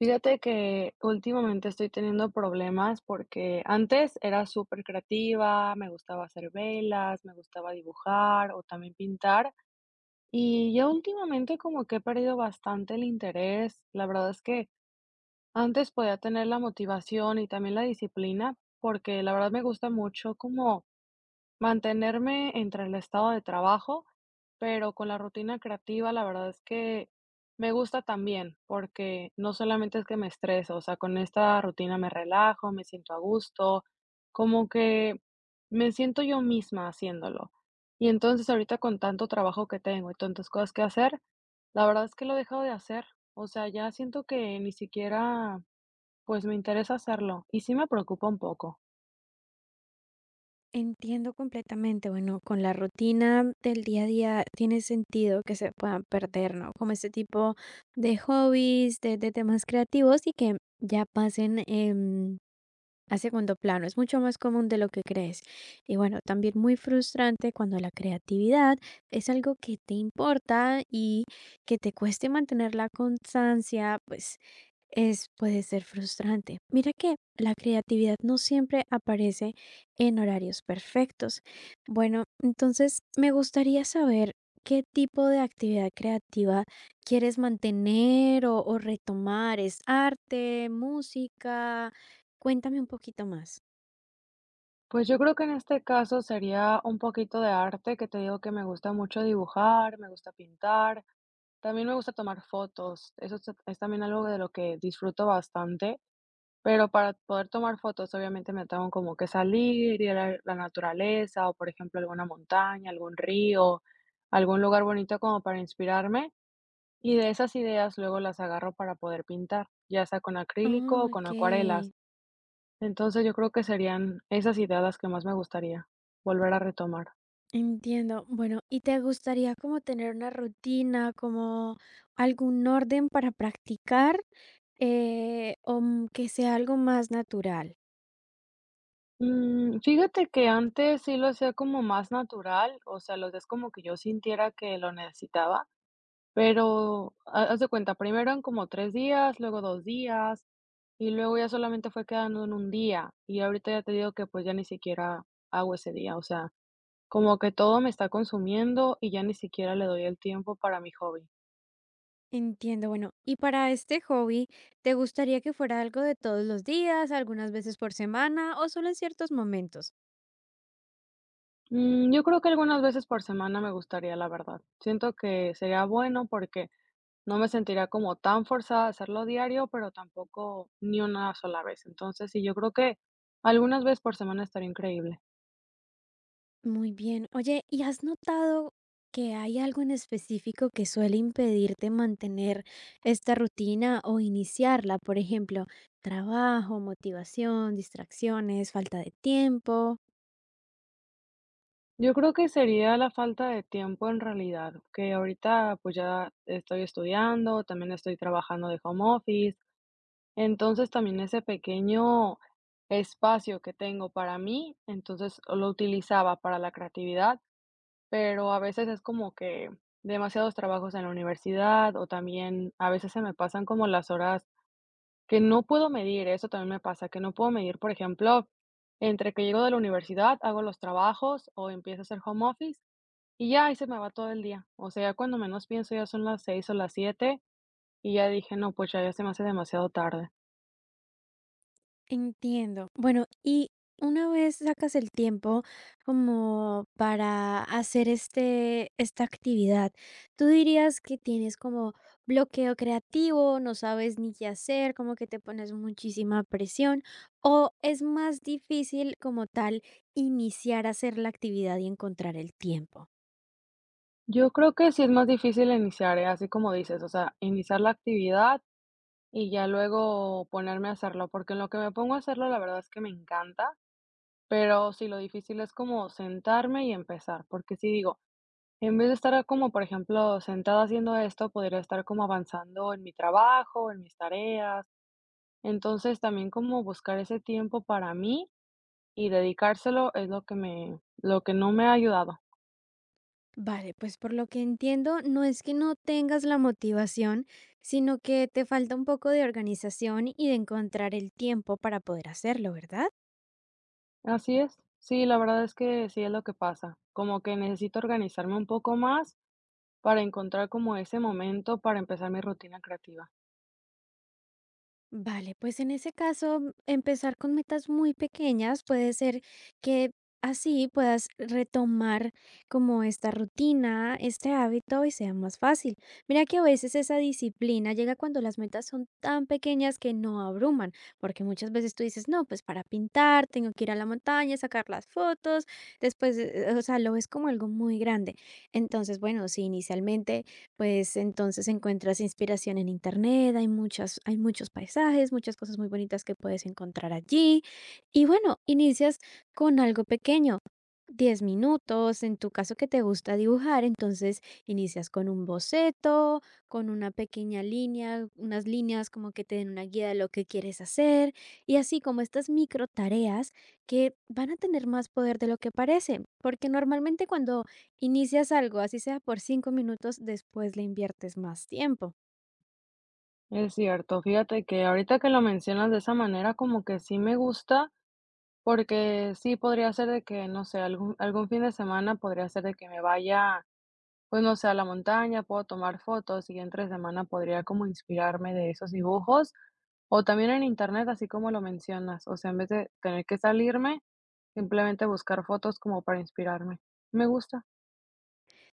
Fíjate que últimamente estoy teniendo problemas porque antes era súper creativa, me gustaba hacer velas, me gustaba dibujar o también pintar, y ya últimamente como que he perdido bastante el interés. La verdad es que antes podía tener la motivación y también la disciplina, porque la verdad me gusta mucho como mantenerme entre el estado de trabajo, pero con la rutina creativa, la verdad es que me gusta también, porque no solamente es que me estreso, o sea, con esta rutina me relajo, me siento a gusto, como que me siento yo misma haciéndolo. Y entonces ahorita con tanto trabajo que tengo y tantas cosas que hacer, la verdad es que lo he dejado de hacer. O sea, ya siento que ni siquiera, pues, me interesa hacerlo y sí me preocupa un poco. Entiendo completamente, bueno, con la rutina del día a día tiene sentido que se puedan perder, ¿no? Como ese tipo de hobbies, de temas creativos y que ya pasen a segundo plano. Es mucho más común de lo que crees. Y bueno, también muy frustrante cuando la creatividad es algo que te importa y que te cueste mantener la constancia, pues es, puede ser frustrante. Mira que la creatividad no siempre aparece en horarios perfectos. Bueno, entonces me gustaría saber qué tipo de actividad creativa quieres mantener o retomar. ¿Es arte, música? Cuéntame un poquito más. Pues yo creo que en este caso sería un poquito de arte, que te digo que me gusta mucho dibujar, me gusta pintar, también me gusta tomar fotos, es también algo de lo que disfruto bastante, pero para poder tomar fotos obviamente me tengo como que salir, ir a la naturaleza o por ejemplo alguna montaña, algún río, algún lugar bonito como para inspirarme, y de esas ideas luego las agarro para poder pintar, ya sea con acrílico o Ah, con ok. acuarelas. Entonces, yo creo que serían esas ideas las que más me gustaría volver a retomar. Entiendo. Bueno, ¿y te gustaría como tener una rutina, como algún orden para practicar, o que sea algo más natural? Fíjate que antes sí lo hacía como más natural, o sea, lo hacía como que yo sintiera que lo necesitaba, pero haz de cuenta, primero eran como tres días, luego dos días, y luego ya solamente fue quedando en un día, y ahorita ya te digo que pues ya ni siquiera hago ese día, o sea, como que todo me está consumiendo y ya ni siquiera le doy el tiempo para mi hobby. Entiendo. Bueno, y para este hobby, ¿te gustaría que fuera algo de todos los días, algunas veces por semana o solo en ciertos momentos? Yo creo que algunas veces por semana me gustaría, la verdad. Siento que sería bueno porque no me sentiría como tan forzada a hacerlo diario, pero tampoco ni una sola vez. Entonces, sí, yo creo que algunas veces por semana estaría increíble. Muy bien. Oye, ¿y has notado que hay algo en específico que suele impedirte mantener esta rutina o iniciarla? Por ejemplo, trabajo, motivación, distracciones, falta de tiempo. Yo creo que sería la falta de tiempo en realidad, que ahorita pues ya estoy estudiando, también estoy trabajando de home office, entonces también ese pequeño espacio que tengo para mí, entonces lo utilizaba para la creatividad, pero a veces es como que demasiados trabajos en la universidad o también a veces se me pasan como las horas que no puedo medir, eso también me pasa, que no puedo medir, por ejemplo, entre que llego de la universidad, hago los trabajos o empiezo a hacer home office, y ya ahí se me va todo el día. O sea, ya cuando menos pienso ya son las 6 o las 7 y ya dije, no, pues ya, ya se me hace demasiado tarde. Entiendo. Bueno, y una vez sacas el tiempo como para hacer este, esta actividad, ¿tú dirías que tienes como bloqueo creativo, no sabes ni qué hacer, como que te pones muchísima presión, o es más difícil como tal iniciar a hacer la actividad y encontrar el tiempo? Yo creo que sí es más difícil iniciar, ¿eh?, así como dices, o sea, iniciar la actividad y ya luego ponerme a hacerlo, porque en lo que me pongo a hacerlo, la verdad es que me encanta, pero sí, lo difícil es como sentarme y empezar, porque si digo, en vez de estar como, por ejemplo, sentada haciendo esto, podría estar como avanzando en mi trabajo, en mis tareas. Entonces, también como buscar ese tiempo para mí y dedicárselo es lo que no me ha ayudado. Vale, pues por lo que entiendo, no es que no tengas la motivación, sino que te falta un poco de organización y de encontrar el tiempo para poder hacerlo, ¿verdad? Así es. Sí, la verdad es que sí es lo que pasa, como que necesito organizarme un poco más para encontrar como ese momento para empezar mi rutina creativa. Vale, pues en ese caso, empezar con metas muy pequeñas puede ser que así puedas retomar como esta rutina, este hábito y sea más fácil. Mira que a veces esa disciplina llega cuando las metas son tan pequeñas que no abruman, porque muchas veces tú dices, no, pues para pintar tengo que ir a la montaña, sacar las fotos, después, o sea, lo ves como algo muy grande. Entonces, bueno, si inicialmente pues entonces encuentras inspiración en internet, hay muchas, hay muchos paisajes, muchas cosas muy bonitas que puedes encontrar allí. Y bueno, inicias con algo pequeño, 10 minutos, en tu caso que te gusta dibujar, entonces inicias con un boceto, con una pequeña línea, unas líneas como que te den una guía de lo que quieres hacer, y así como estas micro tareas que van a tener más poder de lo que parece, porque normalmente cuando inicias algo, así sea por 5 minutos, después le inviertes más tiempo. Es cierto, fíjate que ahorita que lo mencionas de esa manera, como que sí me gusta, porque sí podría ser de que, no sé, algún fin de semana podría ser de que me vaya, pues no sé, a la montaña, puedo tomar fotos y entre semana podría como inspirarme de esos dibujos o también en internet, así como lo mencionas, o sea, en vez de tener que salirme, simplemente buscar fotos como para inspirarme. Me gusta.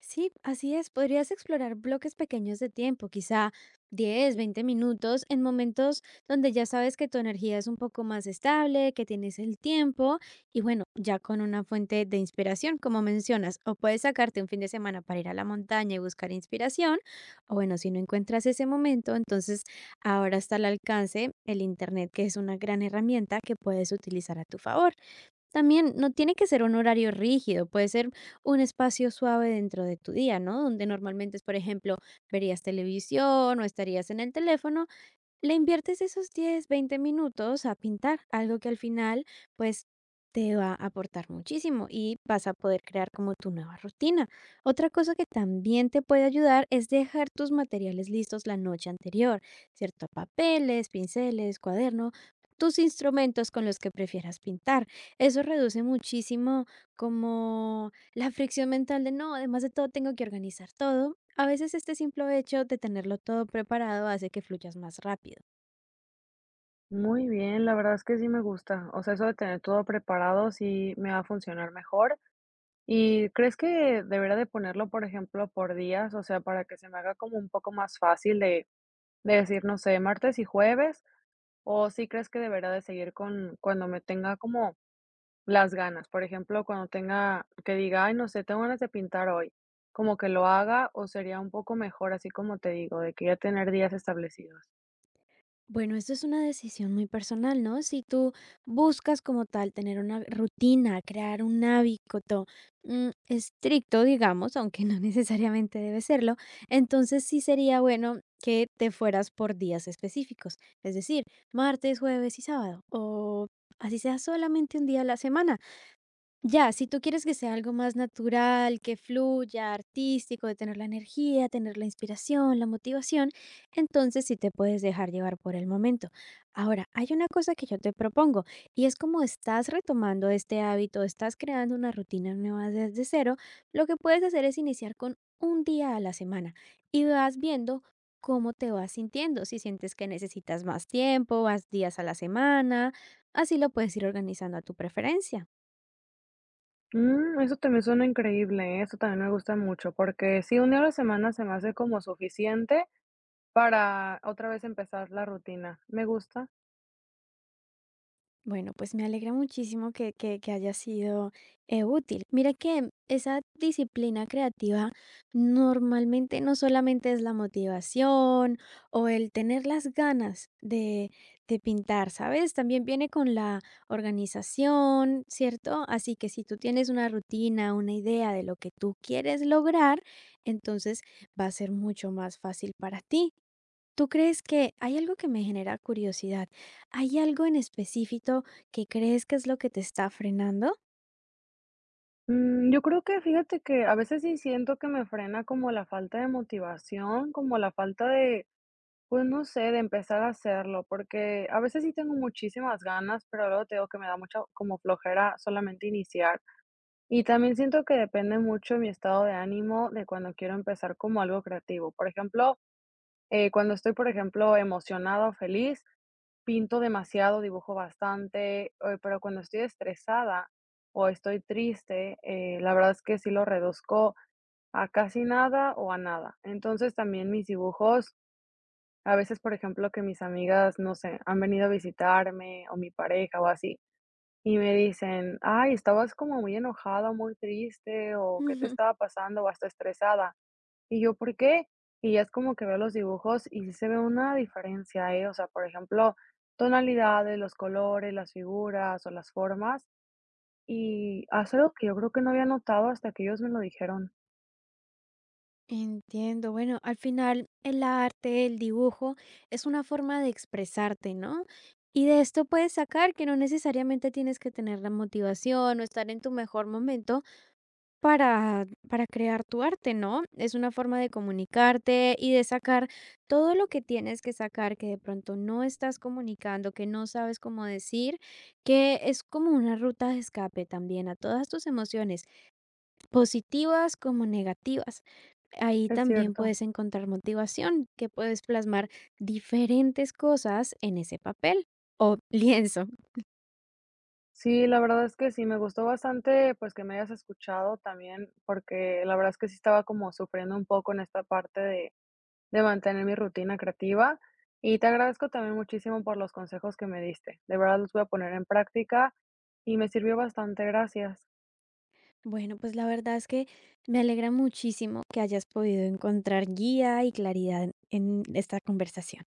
Sí, así es, podrías explorar bloques pequeños de tiempo, quizá 10, 20 minutos, en momentos donde ya sabes que tu energía es un poco más estable, que tienes el tiempo y bueno, ya con una fuente de inspiración, como mencionas, o puedes sacarte un fin de semana para ir a la montaña y buscar inspiración, o bueno, si no encuentras ese momento, entonces ahora está al alcance el Internet, que es una gran herramienta que puedes utilizar a tu favor. También no tiene que ser un horario rígido, puede ser un espacio suave dentro de tu día, ¿no? Donde normalmente es, por ejemplo, verías televisión o estarías en el teléfono le inviertes esos 10, 20 minutos a pintar, algo que al final, pues, te va a aportar muchísimo y vas a poder crear como tu nueva rutina. Otra cosa que también te puede ayudar es dejar tus materiales listos la noche anterior, ¿cierto? Papeles, pinceles, cuaderno, tus instrumentos con los que prefieras pintar. Eso reduce muchísimo como la fricción mental de no, además de todo tengo que organizar todo. A veces este simple hecho de tenerlo todo preparado hace que fluyas más rápido. Muy bien, la verdad es que sí me gusta. O sea, eso de tener todo preparado sí me va a funcionar mejor. ¿Y crees que debería de ponerlo, por ejemplo, por días? O sea, para que se me haga como un poco más fácil de decir, no sé, martes y jueves, o sí crees que debería de seguir con cuando me tenga como las ganas. Por ejemplo, cuando tenga que diga, ay, no sé, tengo ganas de pintar hoy, como que lo haga, o sería un poco mejor, así como te digo, de que ya tener días establecidos. Bueno, esto es una decisión muy personal, ¿no? Si tú buscas como tal tener una rutina, crear un hábito estricto, digamos, aunque no necesariamente debe serlo, entonces sí sería bueno que te fueras por días específicos, es decir, martes, jueves y sábado, o así sea solamente un día a la semana. Ya, si tú quieres que sea algo más natural, que fluya, artístico, de tener la energía, tener la inspiración, la motivación, entonces sí te puedes dejar llevar por el momento. Ahora, hay una cosa que yo te propongo y es como estás retomando este hábito, estás creando una rutina nueva desde cero, lo que puedes hacer es iniciar con un día a la semana y vas viendo cómo te vas sintiendo, si sientes que necesitas más tiempo, vas días a la semana, así lo puedes ir organizando a tu preferencia. Eso también suena increíble, ¿eh? Eso también me gusta mucho, porque sí, un día a la semana se me hace como suficiente para otra vez empezar la rutina. Me gusta. Bueno, pues me alegra muchísimo que haya sido útil. Mira que esa disciplina creativa normalmente no solamente es la motivación o el tener las ganas de pintar, ¿sabes? También viene con la organización, ¿cierto? Así que si tú tienes una rutina, una idea de lo que tú quieres lograr, entonces va a ser mucho más fácil para ti. ¿Tú crees que hay algo que me genera curiosidad? ¿Hay algo en específico que crees que es lo que te está frenando? Yo creo que fíjate que a veces sí siento que me frena como la falta de motivación, como la falta de, pues no sé, de empezar a hacerlo, porque a veces sí tengo muchísimas ganas, pero luego te digo que me da mucha como flojera solamente iniciar. Y también siento que depende mucho mi estado de ánimo de cuando quiero empezar como algo creativo. Por ejemplo, cuando estoy, por ejemplo, emocionada o feliz, pinto demasiado, dibujo bastante, pero cuando estoy estresada o estoy triste, la verdad es que sí lo reduzco a casi nada o a nada. Entonces también mis dibujos, a veces, por ejemplo, que mis amigas, no sé, han venido a visitarme o mi pareja o así, y me dicen, ay, estabas como muy enojada, muy triste, o qué te Ujú. estaba pasando, o hasta estresada. Y yo, ¿por qué? Y ya es como que veo los dibujos y sí se ve una diferencia, ¿eh? O sea, por ejemplo, tonalidades, los colores, las figuras o las formas. Y hace algo que yo creo que no había notado hasta que ellos me lo dijeron. Entiendo. Bueno, al final el arte, el dibujo, es una forma de expresarte, ¿no? Y de esto puedes sacar que no necesariamente tienes que tener la motivación o estar en tu mejor momento para crear tu arte, ¿no? Es una forma de comunicarte y de sacar todo lo que tienes que sacar, que de pronto no estás comunicando, que no sabes cómo decir, que es como una ruta de escape también a todas tus emociones, positivas como negativas. Ahí Es también cierto. puedes encontrar motivación, que puedes plasmar diferentes cosas en ese papel o lienzo. Sí, la verdad es que sí, me gustó bastante, pues, que me hayas escuchado también, porque la verdad es que sí estaba como sufriendo un poco en esta parte de mantener mi rutina creativa. Y te agradezco también muchísimo por los consejos que me diste. De verdad los voy a poner en práctica y me sirvió bastante. Gracias. Bueno, pues la verdad es que me alegra muchísimo que hayas podido encontrar guía y claridad en esta conversación.